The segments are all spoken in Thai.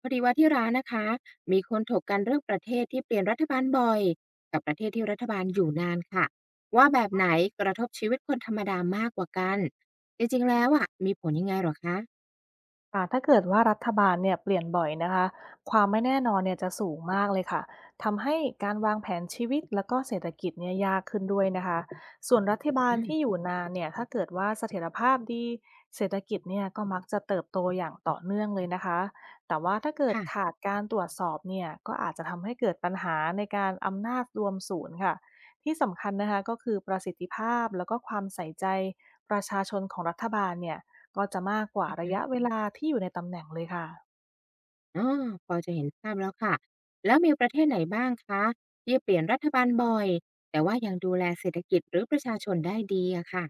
พอดีว่าที่ร้านนะคะมีคนถกกันเรื่องประเทศที่เปลี่ยนรัฐบาลบ่อยกับประเทศที่รัฐบาลอยู่นานค่ะว่าแบบไหนกระทบชีวิตคนธรรมดามากกว่ากันจริงๆแล้วอ่ะมีผลยังไงเหรอคะค่ะถ้าเกิดว่ารัฐบาลเนี่ยเปลี่ยนบ่อยนะคะความไม่แน่นอนเนี่ยจะสูงมากเลยค่ะทำให้การวางแผนชีวิตแล้วก็เศรษฐกิจเนี่ยยากขึ้นด้วยนะคะส่วนรัฐบาลอืที่อมยู่นานเนี่ยถ้าเกิดว่าเสถียรภาพดีเศรษฐกิจเนี่ยก็มักจะเติบโตอย่างต่อเนื่องเลยนะคะแต่ว่าถ้าเกิดค่ะขาดการตรวจสอบเนี่ยก็อาจจะทำให้เกิดปัญหาในการอำนาจรวมศูนย์ค่ะที่สำคัญนะคะก็คือประสิทธิภาพแล้วก็ความใส่ใจประชาชนของรัฐบาลเนี่ย ก็จะมากกว่าอือระฮึยะเวลาที่อยู่ในตำแหน่งเลยค่ะอ๋อพอจะเห็นภาพแล้วค่ะแล้วมีประเทศไหนบ้างคะที่เปลี่ยนรัฐบาลบ่อยแต่ว่ายังดูแลเศรษฐกิจหรือประชาชนได้ดีอะค่ะ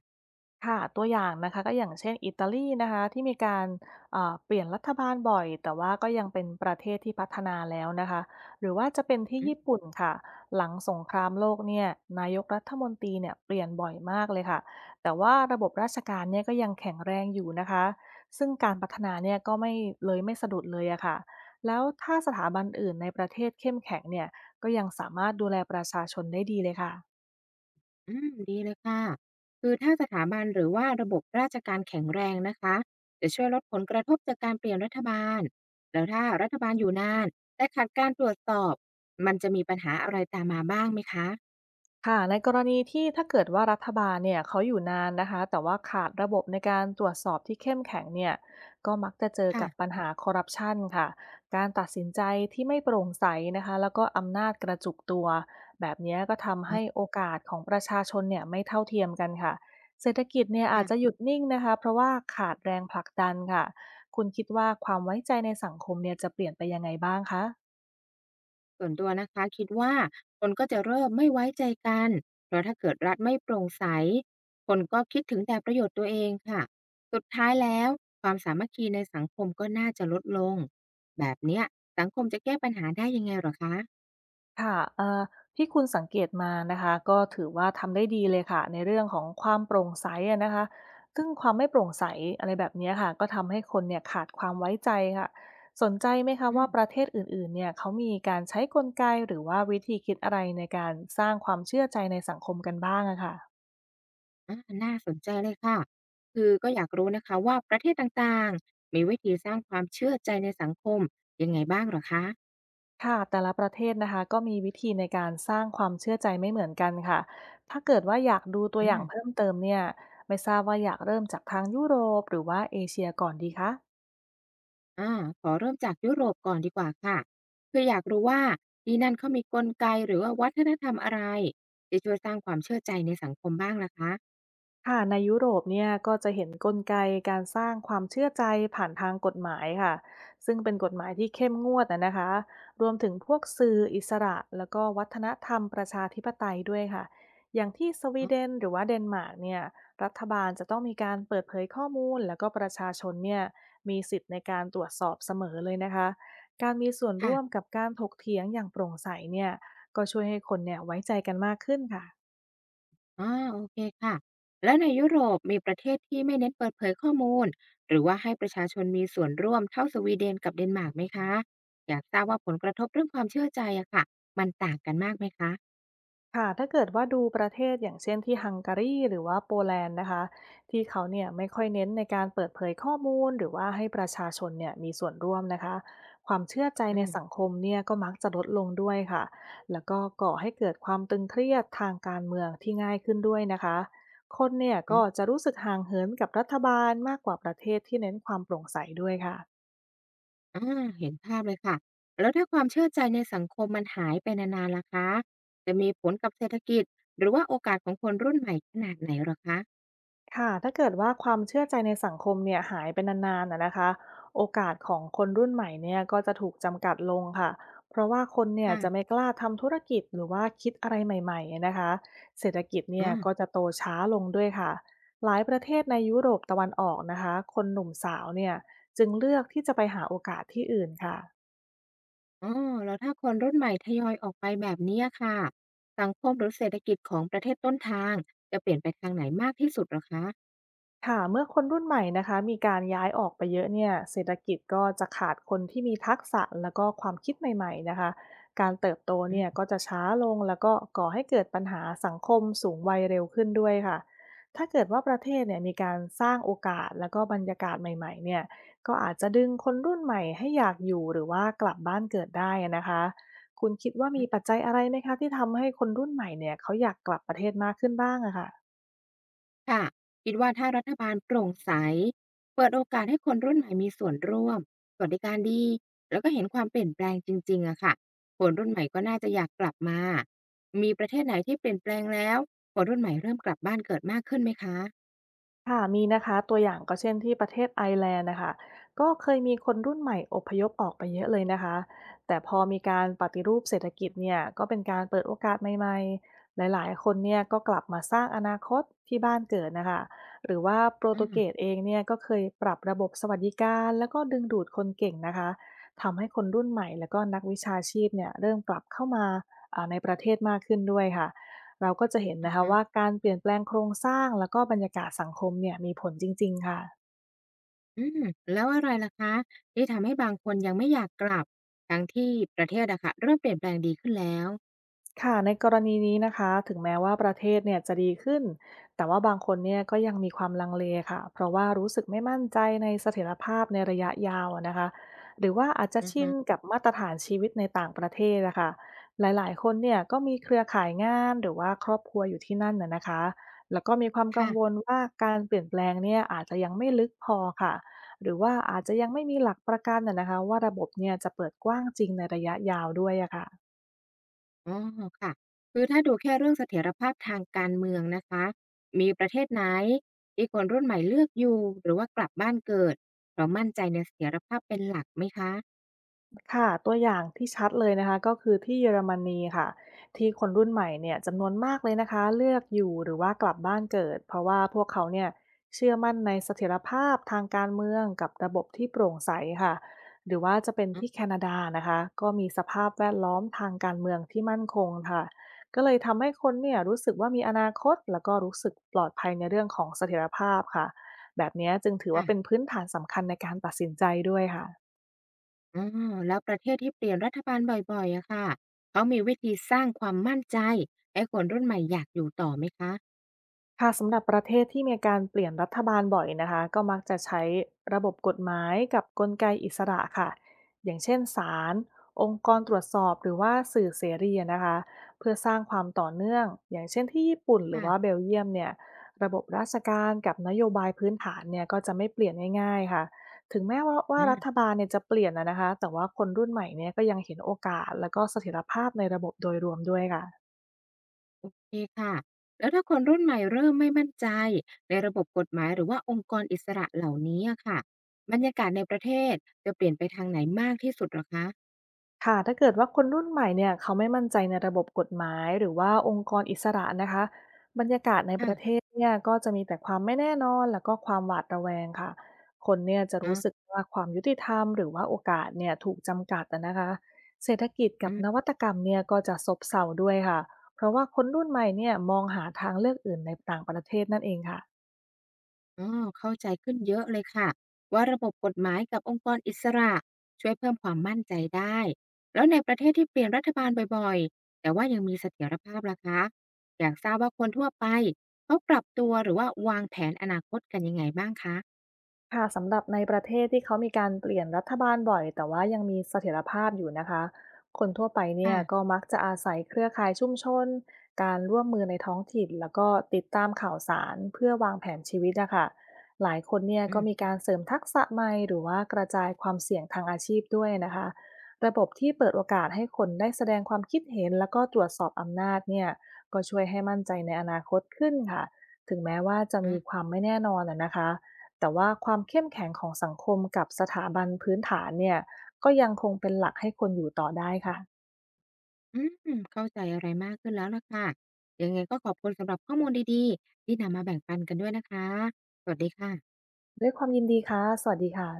ค่ะตัวอย่างนะคะก็อย่างเช่นอิตาลีนะคะที่มีการเปลี่ยนรัฐบาลบ่อยแต่ว่าก็ยังเป็นประเทศที่พัฒนาแล้วนะคะหรือว่าจะเป็นที่ญี่ปุ่นค่ะหลังสงครามโลกเนี่ยนายกรัฐมนตรีเนี่ยเปลี่ยนบ่อยมากเลยค่ะแต่ว่าระบบราชการเนี่ยก็ยังแข็งแรงอยู่นะคะซึ่งการพัฒนาเนี่ยก็ไม่เลยไม่สะดุดเลยอะค่ะแล้วถ้าสถาบันอื่นในประเทศเข้มแข็งเนี่ยก็ยังสามารถดูแลประชาชนได้ดีเลยค่ะ อืมดีเลยค่ะคือถ้าสถาบันหรือว่าระบบราชการแข็งแรงนะคะจะช่วยลดผลกระทบจากการเปลี่ยนรัฐบาลแล้วถ้ารัฐบาลอยู่นานแต่ขาดการตรวจสอบมันจะมีปัญหาอะไรตามมาบ้างไหมคะค่ะในกรณีที่ถ้าเกิดว่ารัฐบาลเนี่ยเขาอยู่นานนะคะแต่ว่าขาดระบบในการตรวจสอบที่เข้มแข็งเนี่ยก็มักจะเจอค่ะกับปัญหาคอร์รัปชันค่ะการตัดสินใจที่ไม่โปร่งใสนะคะแล้วก็อำนาจกระจุกตัวแบบเนี้ยก็ทำอ๋ให้อโอกาสของประชาชนเนี่ยไม่เท่าเทียมกันค่ะเศรษฐกิจเนี่ยอาค่ะ จจะหยุดนิ่งนะคะเพราะว่าขาดแรงผลักดันค่ะคุณคิดว่าความไว้ใจในสังคมเนี่ยจะเปลี่ยนไปยังไงบ้างคะ ส่วนตัวนะคะคิดว่าคนก็จะเริ่มไม่ไว้ใจกันเพราะถ้าเกิดรัฐไม่โปร่งใสคนก็คิดถึงแต่ประโยชน์ตัวเองค่ะสุดท้ายแล้วความสามัคคีในสังคมก็น่าจะลดลงแบบเนี้ยสังคมจะแก้ปัญหาได้ยังไงเหรอคะค่ะที่คุณสังเกตมานะคะก็ถือว่าทำได้ดีเลยค่ะในเรื่องของความโปร่งใสอะนะคะซึ่งความไม่โปร่งใสอะไรแบบเนี้ยค่ะก็ทำให้คนเนี่ยขาดความไว้ใจค่ะสนใจไหมคะอืว่ามประเทศอื่นๆเนี่ยเขามีการใช้กลไกหรือว่าวิธีคิดอะไรในการสร้างความเชื่อใจในสังคมกันบ้างอะค่ะ อาน่าสนใจเลยค่ะคือก็อยากรู้นะคะว่าประเทศต่างๆมีวิธีสร้างความเชื่อใจในสังคมยังไงบ้างเหรอคะค่ะแต่ละประเทศนะคะก็มีวิธีในการสร้างความเชื่อใจไม่เหมือนกันค่ะถ้าเกิดว่าอยากดูตัวอือย่างเพิ่มม เติมเนี่ยไม่ทราบว่าอยากเริ่มจากทางยุโรปหรือว่าเอเชียก่อนดีคะ อ่าขอเริ่มจากยุโรปก่อนดีกว่าค่ะคืออยากรู้ว่าที่นั่นเขามีกลไกหรือว่าวัฒนธรรมอะไรที่ช่วยสร้างความเชื่อใจในสังคมบ้างล่ะคะค่ะในยุโรปเนี่ยก็จะเห็นกลไกการสร้างความเชื่อใจผ่านทางกฎหมายค่ะซึ่งเป็นกฎหมายที่เข้มงวดนะคะรวมถึงพวกสื่ออิสระแล้วก็วัฒนธรรมประชาธิปไตยด้วยค่ะอย่างที่สวีอ๋เดอนหรือว่าเดนมาร์กเนี่ยรัฐบาลจะต้องมีการเปิดเผยข้อมูลแล้วก็ประชาชนเนี่ยมีสิทธิ์ในการตรวจสอบเสมอเลยนะคะการมีส่วนค่ะร่วมกับการถกเถียงอย่างโปร่งใสเนี่ยก็ช่วยให้คนเนี่ยไว้ใจกันมากขึ้นค่ะ อ๋อโอเคค่ะแล้วในยุโรปมีประเทศที่ไม่เน้นเปิดเผยข้อมูลหรือว่าให้ประชาชนมีส่วนร่วมเท่าสวีเดนกับเดนมาร์กไหมคะอยากทราบว่าผลกระทบเรื่องความเชื่อใจอะค่ะมันต่างกันมากไหมคะค่ะถ้าเกิดว่าดูประเทศอย่างเช่นที่ฮังการีหรือว่าโปแลนด์นะคะที่เขาเนี่ยไม่ค่อยเน้นในการเปิดเผยข้อมูลหรือว่าให้ประชาชนเนี่ยมีส่วนร่วมนะคะความเชื่อใจอืในม สังคมเนี่ยก็มักจะลดลงด้วยค่ะแล้วก็ก่อให้เกิดความตึงเครียดทางการเมืองที่ง่ายขึ้นด้วยนะคะคนเนี่ยก็จะรู้สึกห่างเหินกับรัฐบาลมากกว่าประเทศที่เน้นความโปร่งใสด้วยค่ะ อาเห็นภาพเลยค่ะแล้วถ้าความเชื่อใจในสังคมมันหายไปนานๆล่ะคะจะมีผลกับเศรษฐกิจหรือว่าโอกาสของคนรุ่นใหม่ขนาดไหนเหรอคะค่ะถ้าเกิดว่าความเชื่อใจในสังคมเนี่ยหายไปนานๆนะคะโอกาสของคนรุ่นใหม่เนี่ยก็จะถูกจำกัดลงค่ะเพราะว่าคนเนี่ยค่ะจะไม่กล้าทำธุรกิจหรือว่าคิดอะไรใหม่ๆนะคะเศรษฐกิจเนี่อ๋ยอก็จะโตช้าลงด้วยค่ะหลายประเทศในยุโรปตะวันออกนะคะคนหนุ่มสาวเนี่ยจึงเลือกที่จะไปหาโอกาสที่อื่นค่ะ อ๋อแล้วถ้าคนรุ่นใหม่ทยอยออกไปแบบเนี้อค่ะสังคมหรือเศรษฐกิจของประเทศต้นทางจะเปลี่ยนไปทางไหนมากที่สุดเหรอคะค่ะเมื่อคนรุ่นใหม่นะคะมีการย้ายออกไปเยอะเนี่ยเศรษฐกิจก็จะขาดคนที่มีทักษะแล้วก็ความคิดใหม่ๆนะคะการเติบโตอืเนี่ยก็อ จะช้าลงแล้วก็ก่อให้เกิดปัญหาสังคมสูงวัยเร็วขึ้นด้วยค่ะถ้าเกิดว่าประเทศเนี่ยมีการสร้างโอกาสแล้วก็บรรยากาศใหม่ๆเนี่ยก็อาจจะดึงคนรุ่นใหม่ให้อยากอยู่หรือว่ากลับบ้านเกิดได้นะคะคุณคิดว่ามีปัจจัยอะไรไหมคะที่ทำให้คนรุ่นใหม่เนี่ยเขาอยากกลับประเทศมากขึ้นบ้างอะค่ะ ค่ะคิดว่าถ้ารัฐบาลโปร่งใสเปิดโอกาสให้คนรุ่นใหม่มีส่วนร่วมสวัสดิการดีแล้วก็เห็นความเปลี่ยนแปลงจริงๆอะค่ะคนรุ่นใหม่ก็น่าจะอยากกลับมามีประเทศไหนที่เปลี่ยนแปลงแล้วคนรุ่นใหม่เริ่มกลับบ้านเกิดมากขึ้นไหมคะค่ะมีนะคะตัวอย่างก็เช่นที่ประเทศไอร์แลนด์นะคะก็เคยมีคนรุ่นใหม่อพยพออกไปเยอะเลยนะคะแต่พอมีการปฏิรูปเศรษฐกิจเนี่ยก็เป็นการเปิดโอกาสใหม่ๆหลายๆคนเนี่ยก็กลับมาสร้างอนาคตที่บ้านเกิดนะคะหรือว่าโปรตุเกสอาเองเนี่ยก็เคยปรับระบบสวัสดิการแล้วก็ดึงดูดคนเก่งนะคะทำให้คนรุ่นใหม่แล้วก็นักวิชาชีพเนี่ยเริ่มกลับเข้ามาในประเทศมากขึ้นด้วยค่ะ เราก็จะเห็นะนะคะว่าฮะการเปลี่ยนแปลงโครงสร้างแล้วก็บรรยากาศสังคมเนี่ยมีผลจริงๆค่ะ อืมแล้วอะไรล่ะคะที่ทำให้บางคนยังไม่อยากกลับทั้งที่ประเทศอะค่ะเริ่มเปลี่ยนแปลงดีขึ้นแล้วค่ะในกรณีนี้นะคะถึงแม้ว่าประเทศเนี่ยจะดีขึ้นแต่ว่าบางคนเนี่ยก็ยังมีความลังเลค่ะเพราะว่ารู้สึกไม่มั่นใจในเสถียรภาพในระยะยาวอะนะคะหรือว่าอาจจะอือชิฮึนกับมาตรฐานชีวิตในต่างประเทศนะคะหลายๆคนเนี่ยก็มีเครือข่ายงานหรือว่าครอบครัวอยู่ที่นั่นน่ะนะคะแล้วก็มีความกังค่ะ วลว่าการเปลี่ยนแปลงเนี่ยอาจจะยังไม่ลึกพอค่ะหรือว่าอาจจะยังไม่มีหลักประกันน่ะนะคะว่าระบบเนี่ยจะเปิดกว้างจริงในระยะยาวด้วยอะค่ะ อ๋อค่ะคือถ้าดูแค่เรื่องเสถียรภาพทางการเมืองนะคะมีประเทศไหนที่คนรุ่นใหม่เลือกอยู่หรือว่ากลับบ้านเกิดเรามั่นใจในเสถียรภาพเป็นหลักไหมคะค่ะตัวอย่างที่ชัดเลยนะคะก็คือที่เยอรมนีค่ะที่คนรุ่นใหม่เนี่ยจำนวนมากเลยนะคะเลือกอยู่หรือว่ากลับบ้านเกิดเพราะว่าพวกเขาเนี่ยเชื่อมั่นในเสถียรภาพทางการเมืองกับระบบที่โปร่งใสค่ะหรือว่าจะเป็นอ๋อที่แคนาดานะคะก็มีสภาพแวดล้อมทางการเมืองที่มั่นคงค่ะก็เลยทำให้คนเนี่ยรู้สึกว่ามีอนาคตแล้วก็รู้สึกปลอดภัยในเรื่องของเสถียรภาพค่ะแบบเนี้ยจึงถือค่ะว่าเป็นพื้นฐานสำคัญในการตัดสินใจด้วยค่ะ อ๋อแล้วประเทศที่เปลี่ยนรัฐบาลบ่อยๆอะค่ะเขามีวิธีสร้างความมั่นใจให้คนรุ่นใหม่อยากอยู่ต่อไหมคะค่ะสำหรับประเทศที่มีการเปลี่ยนรัฐบาลบ่อยนะคะก็มักจะใช้ระบบกฎหมายกับกลไกอิสระค่ะอย่างเช่นศาลองค์กรตรวจสอบหรือว่าสื่อเสรีนะคะเพื่อสร้างความต่อเนื่องอย่างเช่นที่ญี่ปุ่นหรือค่ะว่าเบลเยียมเนี่ยระบบราชการกับนโยบายพื้นฐานเนี่ยก็จะไม่เปลี่ยนง่ายๆค่ะถึงแม้ว่ารัฐอ บาลเนี่ยจะเปลี่ยนอะนะคะแต่ว่าคนรุ่นใหม่เนี่ยก็ยังเห็นโอกาสแล้วก็เสถียรภาพในระบบโดยรวมด้วยค่ะ ดีค่ะแล้วถ้าคนรุ่นใหม่เริ่มไม่มั่นใจในระบบกฎหมายหรือว่าองค์กรอิสระเหล่านี้อะค่ะบรรยากาศในประเทศจะเปลี่ยนไปทางไหนมากที่สุดเหรอคะค่ะถ้าเกิดว่าคนรุ่นใหม่เนี่ยเขาไม่มั่นใจในระบบกฎหมายหรือว่าองค์กรอิสระนะคะบรรยากาศในปค่ะระเทศเนี่ยก็จะมีแต่ความไม่แน่นอนแล้วก็ความหวาดระแวงค่ะคนเนี่ยจะรู้อะสึกว่าความยุติธรรมหรือว่าโอกาสเนี่ยถูกจำกัดอะนะคะเศรษฐกิจกัอืบนวัมตกรรมเนี่ยก็จะซบเซาด้วยค่ะเพราะว่าคนรุ่นใหม่เนี่ยมองหาทางเลือกอื่นในต่างประเทศนั่นเองค่ะ อ๋อเข้าใจขึ้นเยอะเลยค่ะว่าระบบกฎหมายกับองค์กรอิสระช่วยเพิ่มความมั่นใจได้แล้วในประเทศที่เปลี่ยนรัฐบาลบ่อยๆแต่ว่ายังมีเสถียรภาพล่ะคะอยากทราบว่าคนทั่วไปเขาปรับตัวหรือว่าวางแผนอนาคตกันยังไงบ้างคะค่ะสำหรับในประเทศที่เขามีการเปลี่ยนรัฐบาลบ่อยแต่ว่ายังมีเสถียรภาพอยู่นะคะคนทั่วไปเนี่ค่ะยก็มักจะอาศัยเครือข่ายชุมชนการร่วมมือในท้องถิ่นแล้วก็ติดตามข่าวสารเพื่อวางแผนชีวิตอะค่ะหลายคนเนี่ยอืก็มมีการเสริมทักษะใหม่หรือว่ากระจายความเสี่ยงทางอาชีพด้วยนะคะระบบที่เปิดโอกาสให้คนได้แสดงความคิดเห็นแล้วก็ตรวจสอบอำนาจเนี่ยก็ช่วยให้มั่นใจในอนาคตขึ้นค่ะถึงแม้ว่าจะมีคอ วามไม่แน่นอนอะนะคะ แต่ว่าความเข้มแข็งของสังคมกับสถาบันพื้นฐานเนี่ยก็ยังคงเป็นหลักให้คนอยู่ต่อได้ค่ะอืมเข้าใจอะไรมากขึ้นแล้วล่ะค่ะยังไงก็ขอบคุณสำหรับข้อมูลดีๆที่นำมาแบ่งปันกันด้วยนะคะสวัสดีค่ะด้วยความยินดีค่ะสวัสดีค่ะ